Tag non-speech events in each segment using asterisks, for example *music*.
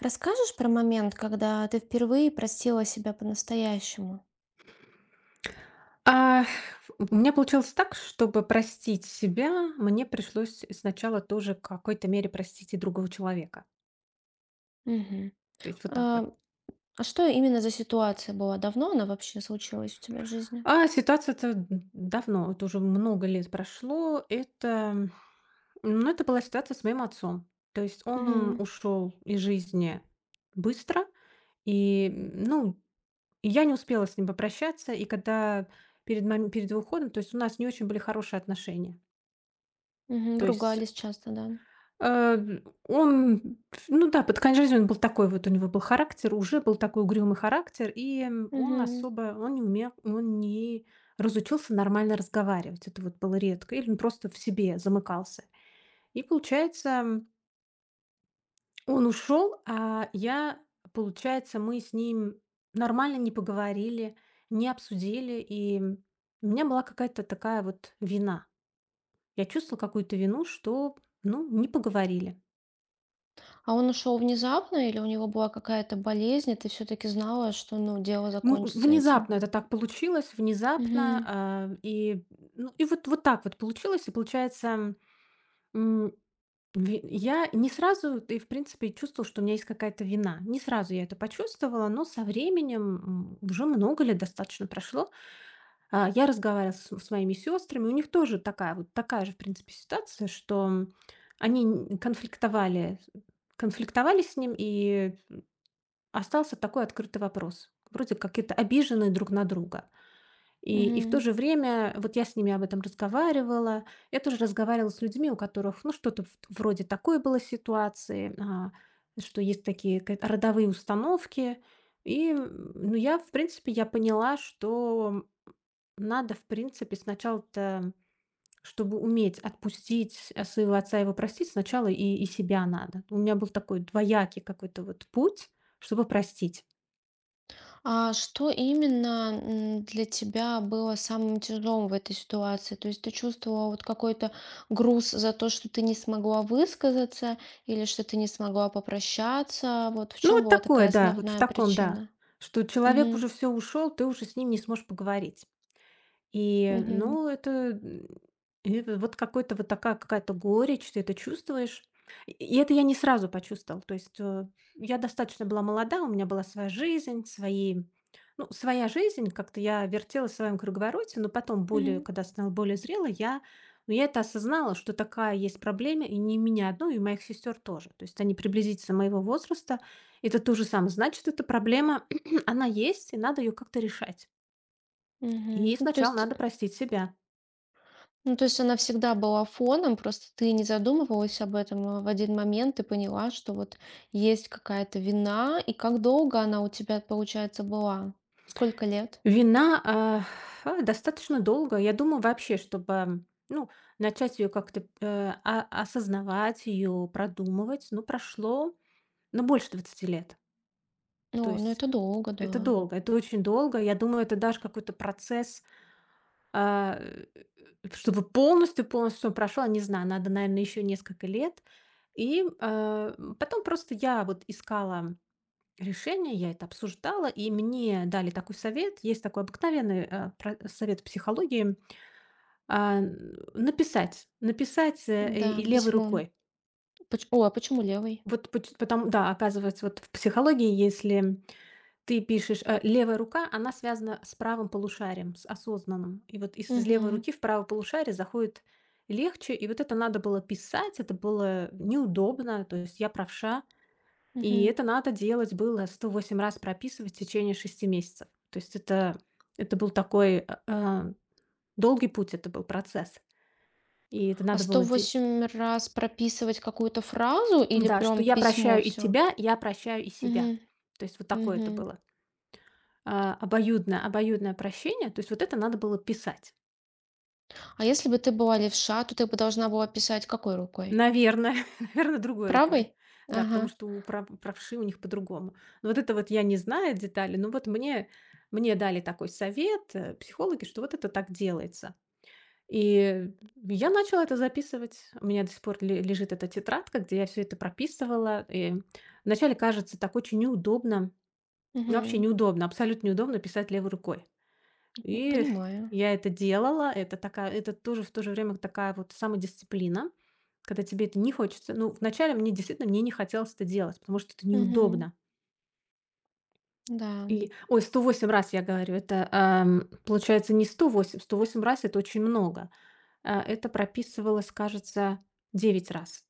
Расскажешь про момент, когда ты впервые простила себя по-настоящему? А, у меня получилось так, чтобы простить себя, мне пришлось сначала тоже в какой-то мере простить и другого человека. Мгм. То есть вот так вот. А, а что именно за ситуация была? Давно она вообще случилась у тебя в жизни? А ситуация-то давно, это уже много лет прошло. Ну, это была ситуация с моим отцом. То есть он Мгм. ушел из жизни быстро, и, ну, я не успела с ним попрощаться, и когда перед его уходом, то есть у нас не очень были хорошие отношения. Мгм. Вы То есть ругались часто, да? Э, он, ну да, под конец жизни он был такой вот, у него был характер, уже был такой угрюмый характер, и он Мгм. особо, он не умел, он не разучился нормально разговаривать. Это вот было редко. Или он просто в себе замыкался. И получается, он ушел, а я, получается, мы с ним нормально не поговорили, не обсудили, и у меня была какая-то такая вот вина. Я чувствовала какую-то вину, что, ну, не поговорили. А он ушел внезапно или у него была какая-то болезнь, и ты все-таки знала, что ну, дело Ну, закончится внезапно этим? это так получилось, внезапно, Мгм. Ну, вот так вот получилось. И получается, м, ви я не сразу, и в принципе, чувствовала, что у меня есть какая-то вина. Не сразу я это почувствовала, но со временем, уже много лет достаточно прошло, я разговаривала с моими сёстрами. У них тоже такая вот такая же, в принципе, ситуация, что, они н конфликтовали с ним, и остался такой открытый вопрос. Вроде как это обижены друг на друга. И в то Мгм. же время вот я с ними об этом разговаривала. Я тоже разговаривала с людьми, у которых, ну, что-то в вроде такой было ситуации, что есть такие ка родовые установки. И, ну, в принципе, я поняла, что надо, в принципе, сначала-то, чтобы уметь отпустить, своего отца и его простить, сначала и себя надо. У меня был такой двоякий какой-то вот путь, чтобы простить. А что именно, для тебя было самым тяжелым в этой ситуации? То есть ты чувствовала вот какой-то груз за то, что ты не смогла высказаться или что ты не смогла попрощаться? Вот в Ну, чем вот была такое, такая да, вот в основная таком, да. причина? Что человек Мгм. уже все ушел, ты уже с ним не сможешь поговорить. И, Мгм. ну, это вот какой-то вот такая какая-то горечь, ты это чувствуешь. И это я не сразу почувствовала. То есть, я достаточно была молода, у меня была своя жизнь, свои ну, своя жизнь, как-то я вертела в своем круговороте, но потом, более, Мгм. когда стала более зрелой, ну, я это осознала, что такая есть проблема, и не меня одну, и у моих сестер тоже. То есть они приблизительно моего возраста, это то же самое. Значит, эта проблема, *clears throat* она есть, и надо ее как-то решать. Мгм. И Ну, то сначала есть, надо простить себя. Она всегда была фоном, просто ты не задумывалась об этом, а в один момент ты поняла, что вот есть какая-то вина, и как долго она у тебя, получается, была? Сколько лет? Вина, достаточно долго. Я думаю, вообще, чтобы, ну, начать ее как-то, осознавать, ее продумывать, ну, прошло, ну, больше 20 лет. То Ну, есть это долго, это да. долго, это очень долго. Я думаю, это даже какой-то процесс, а, э, чтобы полностью, полностью всё прошло, не знаю, надо, наверное, еще несколько лет. И, потом просто я вот искала решение, я это обсуждала, и мне дали такой совет. Есть такой обыкновенный, про совет в психологии. А, написать, Да, и левой письмо. рукой. Поч О, а почему левый? Вот поч потом, да, оказывается, вот в психологии, если ты пишешь, левая рука, она связана с правым полушарием, с осознанным. И вот из левой Угу, руки в правое полушарие заходит легче. И вот это надо было писать, это было неудобно, то есть я правша. И угу. это надо делать было 108 раз прописывать в течение 6 месяцев. То есть это был такой, долгий путь, это был процесс. И это А надо сто было делать. восемь раз прописывать какую-то фразу или Да, что прям я письмо прощаю и все? тебя, я прощаю и Угу, себя. То есть вот такое это угу. было. Обоюдное прощение. То есть вот это надо было писать. А если бы ты была левша, то ты бы должна была писать какой рукой? Наверное, *laughs* наверное, другой рукой. Правой? Да, потому Ага. что у правши у них по-другому. Но вот это вот я не знаю детали, но вот мне дали такой совет, психологи, что вот это так делается. И я начала это записывать. У меня до сих пор ле лежит эта тетрадка, где я все это прописывала. И вначале кажется так очень неудобно. Вообще Угу. неудобно, абсолютно неудобно писать левой рукой. И Понимаю. я это делала. Это тоже в то же время такая вот самодисциплина, когда тебе это не хочется. Ну, вначале мне действительно мне не хотелось это делать, потому что это Угу. неудобно. Да. И, ой, 108 раз я говорю, это, получается, не 108, 108 раз- это очень много. Это прописывалось, кажется, 9 раз.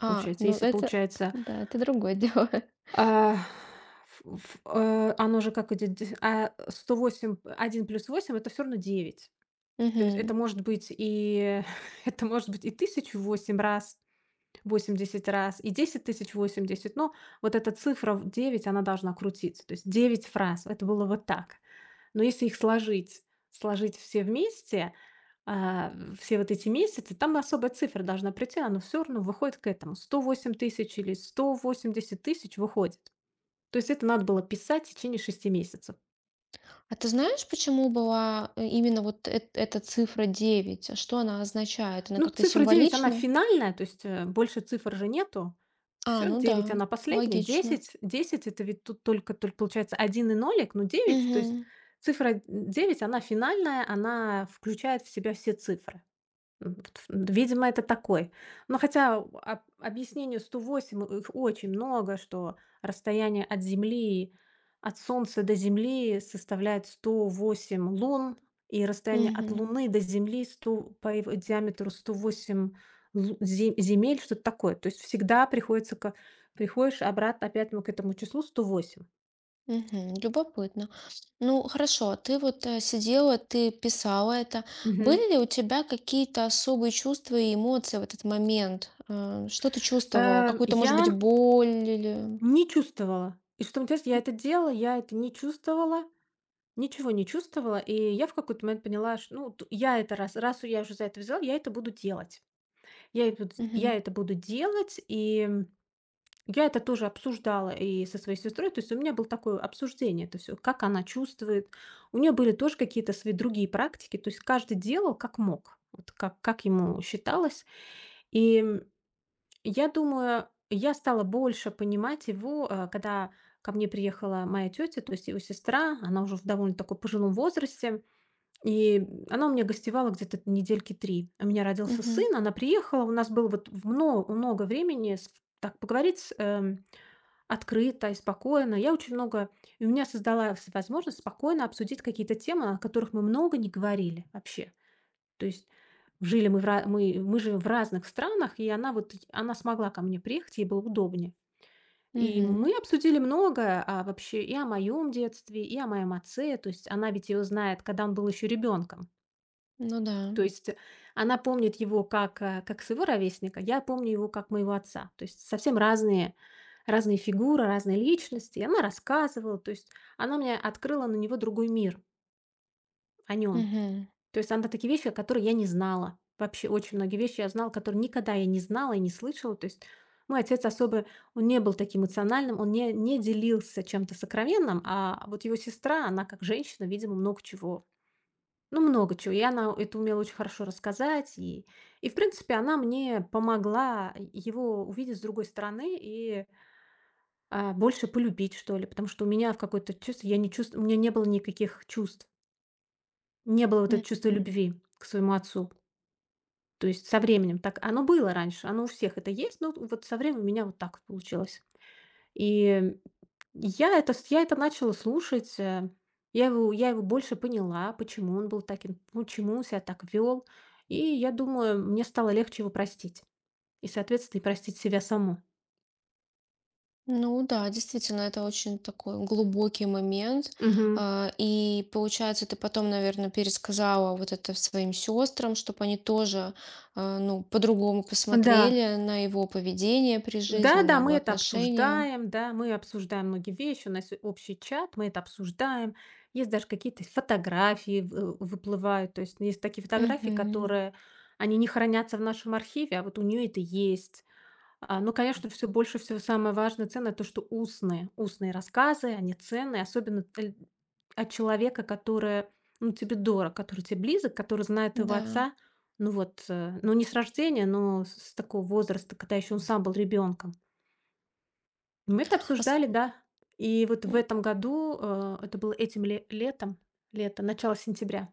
А, Получается, ну если, это получается, да, это другое *laughs* дело. А, оно же как идет 108, 1 плюс восемь это все равно девять. То есть это Мгм. может быть и *laughs* это может быть и 1008 раз, 80 раз, и 10 080, но вот эта цифра в 9, она должна крутиться. То есть 9 фраз. Это было вот так. Но если их сложить все вместе, а, все вот эти месяцы, там особая цифра должна прийти, она все равно выходит к этому. 108 000 или 180 000 выходит. То есть это надо было писать в течение 6 месяцев. А ты знаешь, почему была, именно вот эт эта цифра 9? Что она означает? Она Ну, как-то цифра 9 она символична? финальная, то есть, больше цифр же нету. А, Все ну 9 да, она последняя. логично. Десять это ведь тут только получается один и нолик, но девять, то есть Угу, цифра 9 она финальная, она включает в себя все цифры. Вот видимо, это такой. Но хотя об объяснению 108, их очень много, что расстояние от Земли, от Солнца до Земли составляет 108 лун, и расстояние от угу, Луны до Земли 100 по его диаметру 108 лу зе земель, что-то такое. То есть всегда приходится ка приходишь обратно опять мы к этому числу 108. угу, любопытно. Ну, хорошо, ты вот, сидела, ты писала это. Мгм. Были ли у тебя какие-то особые чувства и эмоции в этот момент? Что ты чувствовала? Э, Какую-то, я может быть, боль или не чувствовала. И что интересно, я это делала, я это не чувствовала. Ничего не чувствовала, и я в какой-то момент поняла, что, ну, я это раз я уже за это взяла, я это буду делать. Я Угу, это буду делать, и я это тоже обсуждала и со своей сестрой, то есть у меня было такое обсуждение, это все, как она чувствует. У нее были тоже какие-то свои другие практики, то есть каждый делал как мог, вот как ему считалось. И я думаю, я стала больше понимать его, когда ко мне приехала моя тетя, то есть его сестра, она уже в довольно такой пожилом возрасте, и она у меня гостевала где-то недельки 3. У меня родился угу, сын, она приехала, у нас было вот в мно много времени с так поговорить, открыто и спокойно. Я очень много и у меня создалась возможность спокойно обсудить какие-то темы, о которых мы много не говорили вообще. То есть жили мы в ра мы живем в разных странах, и она смогла ко мне приехать, ей было удобнее. И угу. мы обсудили многое, вообще и о моем детстве, и о моем отце. То есть она ведь его знает, когда он был еще ребенком. Ну да. То есть она помнит его как своего ровесника, я помню его как моего отца. То есть совсем разные, разные фигуры, разные личности. И она рассказывала, то есть она мне открыла на него другой мир, о нем. Угу, То есть она такие вещи, которые я не знала. Вообще очень многие вещи я знала, которые никогда я не знала и не слышала. То есть мой отец особо, он не был таким эмоциональным, он не делился чем-то сокровенным, а вот его сестра, она как женщина, видимо, много чего. И она это умела очень хорошо рассказать. И в принципе, она мне помогла его увидеть с другой стороны и больше полюбить, что ли. Потому что у меня в какой то чувство, я не чувств, у меня не было никаких чувств. Не было вот это чувство Мгм. любви к своему отцу. То есть со временем так оно было раньше, оно у всех это есть, но вот со временем у меня вот так вот получилось. И я это начала слушать, я его больше поняла, почему он был таким, почему он себя так вел, и я думаю, мне стало легче его простить и, соответственно, и простить себя саму. Ну да, действительно, это очень такой глубокий момент. Мгм. И получается, ты потом, наверное, пересказала вот это своим сестрам, чтобы они тоже, ну, по-другому Да. посмотрели на его поведение при жизни, Да-да, на мы его это отношения. обсуждаем, да, мы обсуждаем многие вещи, у нас и общий чат, мы это обсуждаем. Есть даже какие-то фотографии выплывают, то есть есть такие фотографии, Угу, которые они не хранятся в нашем архиве, а вот у нее это есть. Ну, конечно, все больше всего самое важное, ценное- то, что устные рассказы, они ценные, особенно эль от человека, который, ну, тебе дорог, который тебе близок, который знает твоего да. отца. Ну вот, ну, не с рождения, но с такого возраста, когда еще он сам был ребенком. Мы это А с- обсуждали, да. И вот в м, этом году, это было этим ле летом, лето, начало сентября.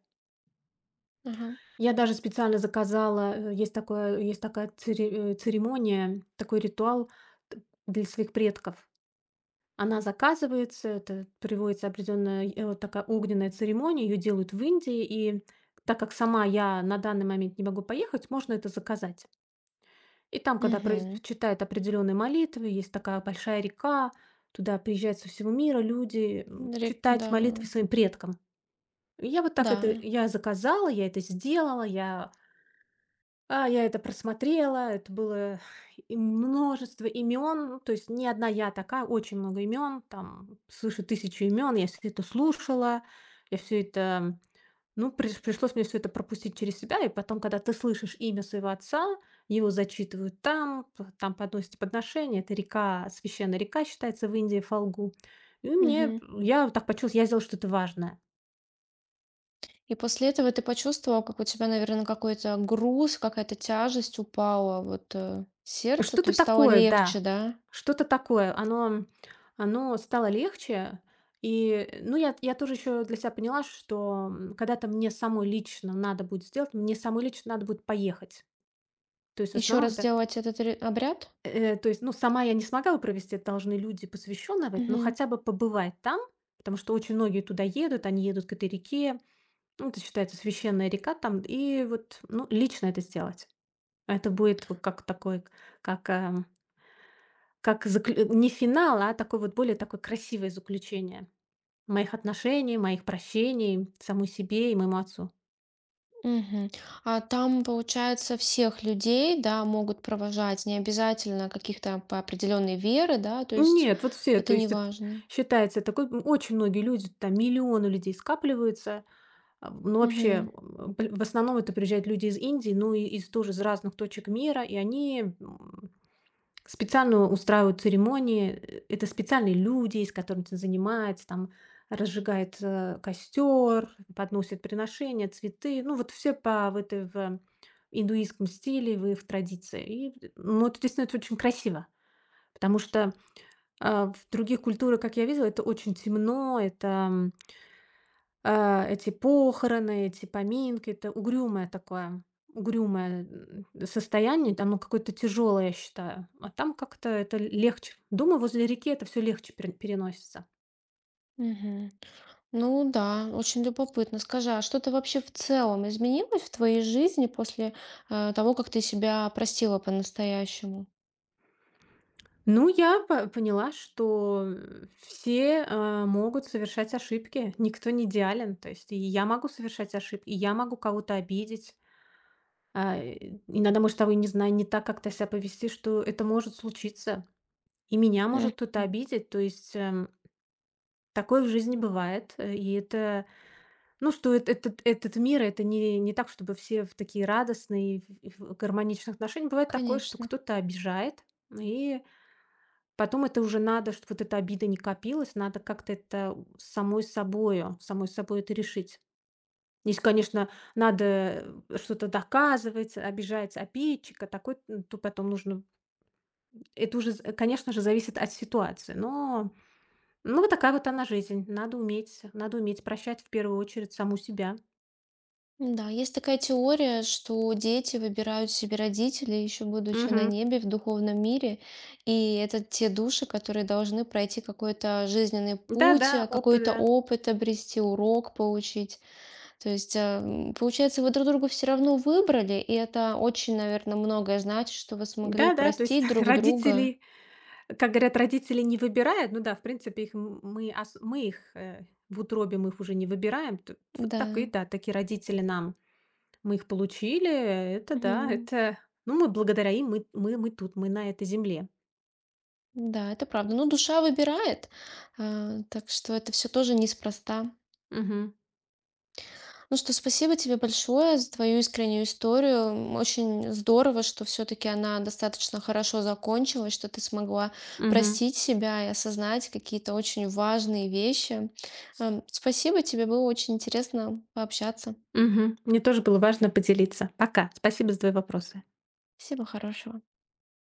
ага, Я даже специально заказала, есть такая церемония, такой ритуал т для своих предков. Она заказывается, это приводится определенная, вот такая огненная церемония, ее делают в Индии, и так как сама я на данный момент не могу поехать, можно это заказать. И там, когда Угу. читают определенные молитвы, есть такая большая река, туда приезжают со всего мира люди читать Да, молитвы своим предкам. И я вот так это, да. я заказала, я это сделала, я это просмотрела, это было и множество имен, ну, то есть не одна я а такая, очень много имен, там свыше тысячи имен, я все это слушала, я все это, ну, пришлось мне все это пропустить через себя, и потом, когда ты слышишь имя своего отца, его зачитывают там, там подносят подношение, это река, священная река считается в Индии, Фалгу. И мне, Мгм. я вот так почувствовала, я сделала что-то важное. И после этого ты почувствовал, как у тебя, наверное, какой-то груз, какая-то тяжесть упала вот э, с то Что-то есть стало такое, да. легче, да? Что-то такое. Оно стало легче. И, ну, я тоже еще для себя поняла, что, когда-то мне самой лично надо будет сделать, мне самой лично надо будет поехать. То есть в Еще основном раз это, сделать этот обряд? То есть, ну, сама я не смогла бы провести, это должны люди, посвященные в этом, но Мгм. хотя бы побывать там, потому что очень многие туда едут, они едут к этой реке, ну, это считается священная река там, и вот, ну, лично это сделать. Это будет вот как такой, как, а Как заклю не финал, а такой вот более такое красивое заключение моих отношений, моих прощений самой себе и моему отцу. Мгм. А там, получается, всех людей, да, могут провожать, не обязательно каких-то по определенной веры, да, то есть Нет, вот все, то это не есть эт важно. считается такой, очень многие люди, там миллионы людей скапливаются. А, ну, вообще, Мгм. м, пл в основном это приезжают люди из Индии, ну и из тоже из разных точек мира, и они, специально устраивают церемонии. Это специальные люди, с которыми ты занимается, там разжигает, костер, подносит приношения, цветы. Ну, вот все по в этой в э, индуистском стиле, в их традиции. И, ну, это действительно очень красиво, потому что, в других культурах, как я видела, это очень темно, эти похороны, эти поминки- это угрюмое такое, угрюмое, состояние, оно какое-то тяжелое, я считаю. А там как-то это легче. Думаю, возле реки это все легче переносится. Мгм. Ну да, очень любопытно. Скажи, а что-то вообще в целом изменилось в твоей жизни после того, как ты себя простила по-настоящему? Ну, я по поняла, что, все, могут совершать ошибки, никто не идеален. То есть и я могу совершать ошибки, и я могу кого-то обидеть. А, и иногда, может, того и не знаю, не так как-то себя повести, что это может случиться. И меня может Мгм. кто-то обидеть. То есть, такое в жизни бывает, и это, ну, что эт этот этот мир- это не так, чтобы все в такие радостные и в гармоничных отношениях. Бывает такое, что Конечно. кто-то обижает, и потом это уже надо, чтоб вот эта обида не копилась, надо как-то это у самой собой это решить. Если, конечно, надо, что-то доказывать, обижать обидчика, такой, то потом нужно это уже з конечно же, зависит от ситуации, но. Ну, вот такая вот она жизнь. Надо уметь прощать в первую очередь саму себя. Да, есть такая теория, что дети выбирают себе родителей, еще будучи на Мгм. небе, в духовном мире. И это те души, которые должны пройти какой-то жизненный Да-да, путь, опыт, какой-то да. опыт обрести, урок получить. То есть, получается, вы друг друга все равно выбрали, и это очень, наверное, многое значит, что вы смогли Да-да, то есть простить *laughs* друг друга. родители, как говорят, родители не выбирают. Ну да, в принципе, их мы, мы их в утробе мы их уже не выбираем. Вот Да. такие, да, такие родители нам. Мы их получили, это да, Мгм. это. Ну, мы благодаря им, мы тут, мы на этой земле. Да, это правда. Ну, душа выбирает, так что это все тоже неспроста. Мгм. Ну что, спасибо тебе большое за твою искреннюю историю. Очень здорово, что все-таки она достаточно хорошо закончилась, что ты смогла Мгм. простить себя и осознать какие-то очень важные вещи. Спасибо тебе, было очень интересно пообщаться. Мгм. Мне тоже было важно поделиться. Пока. Спасибо за твои вопросы. Всего хорошего.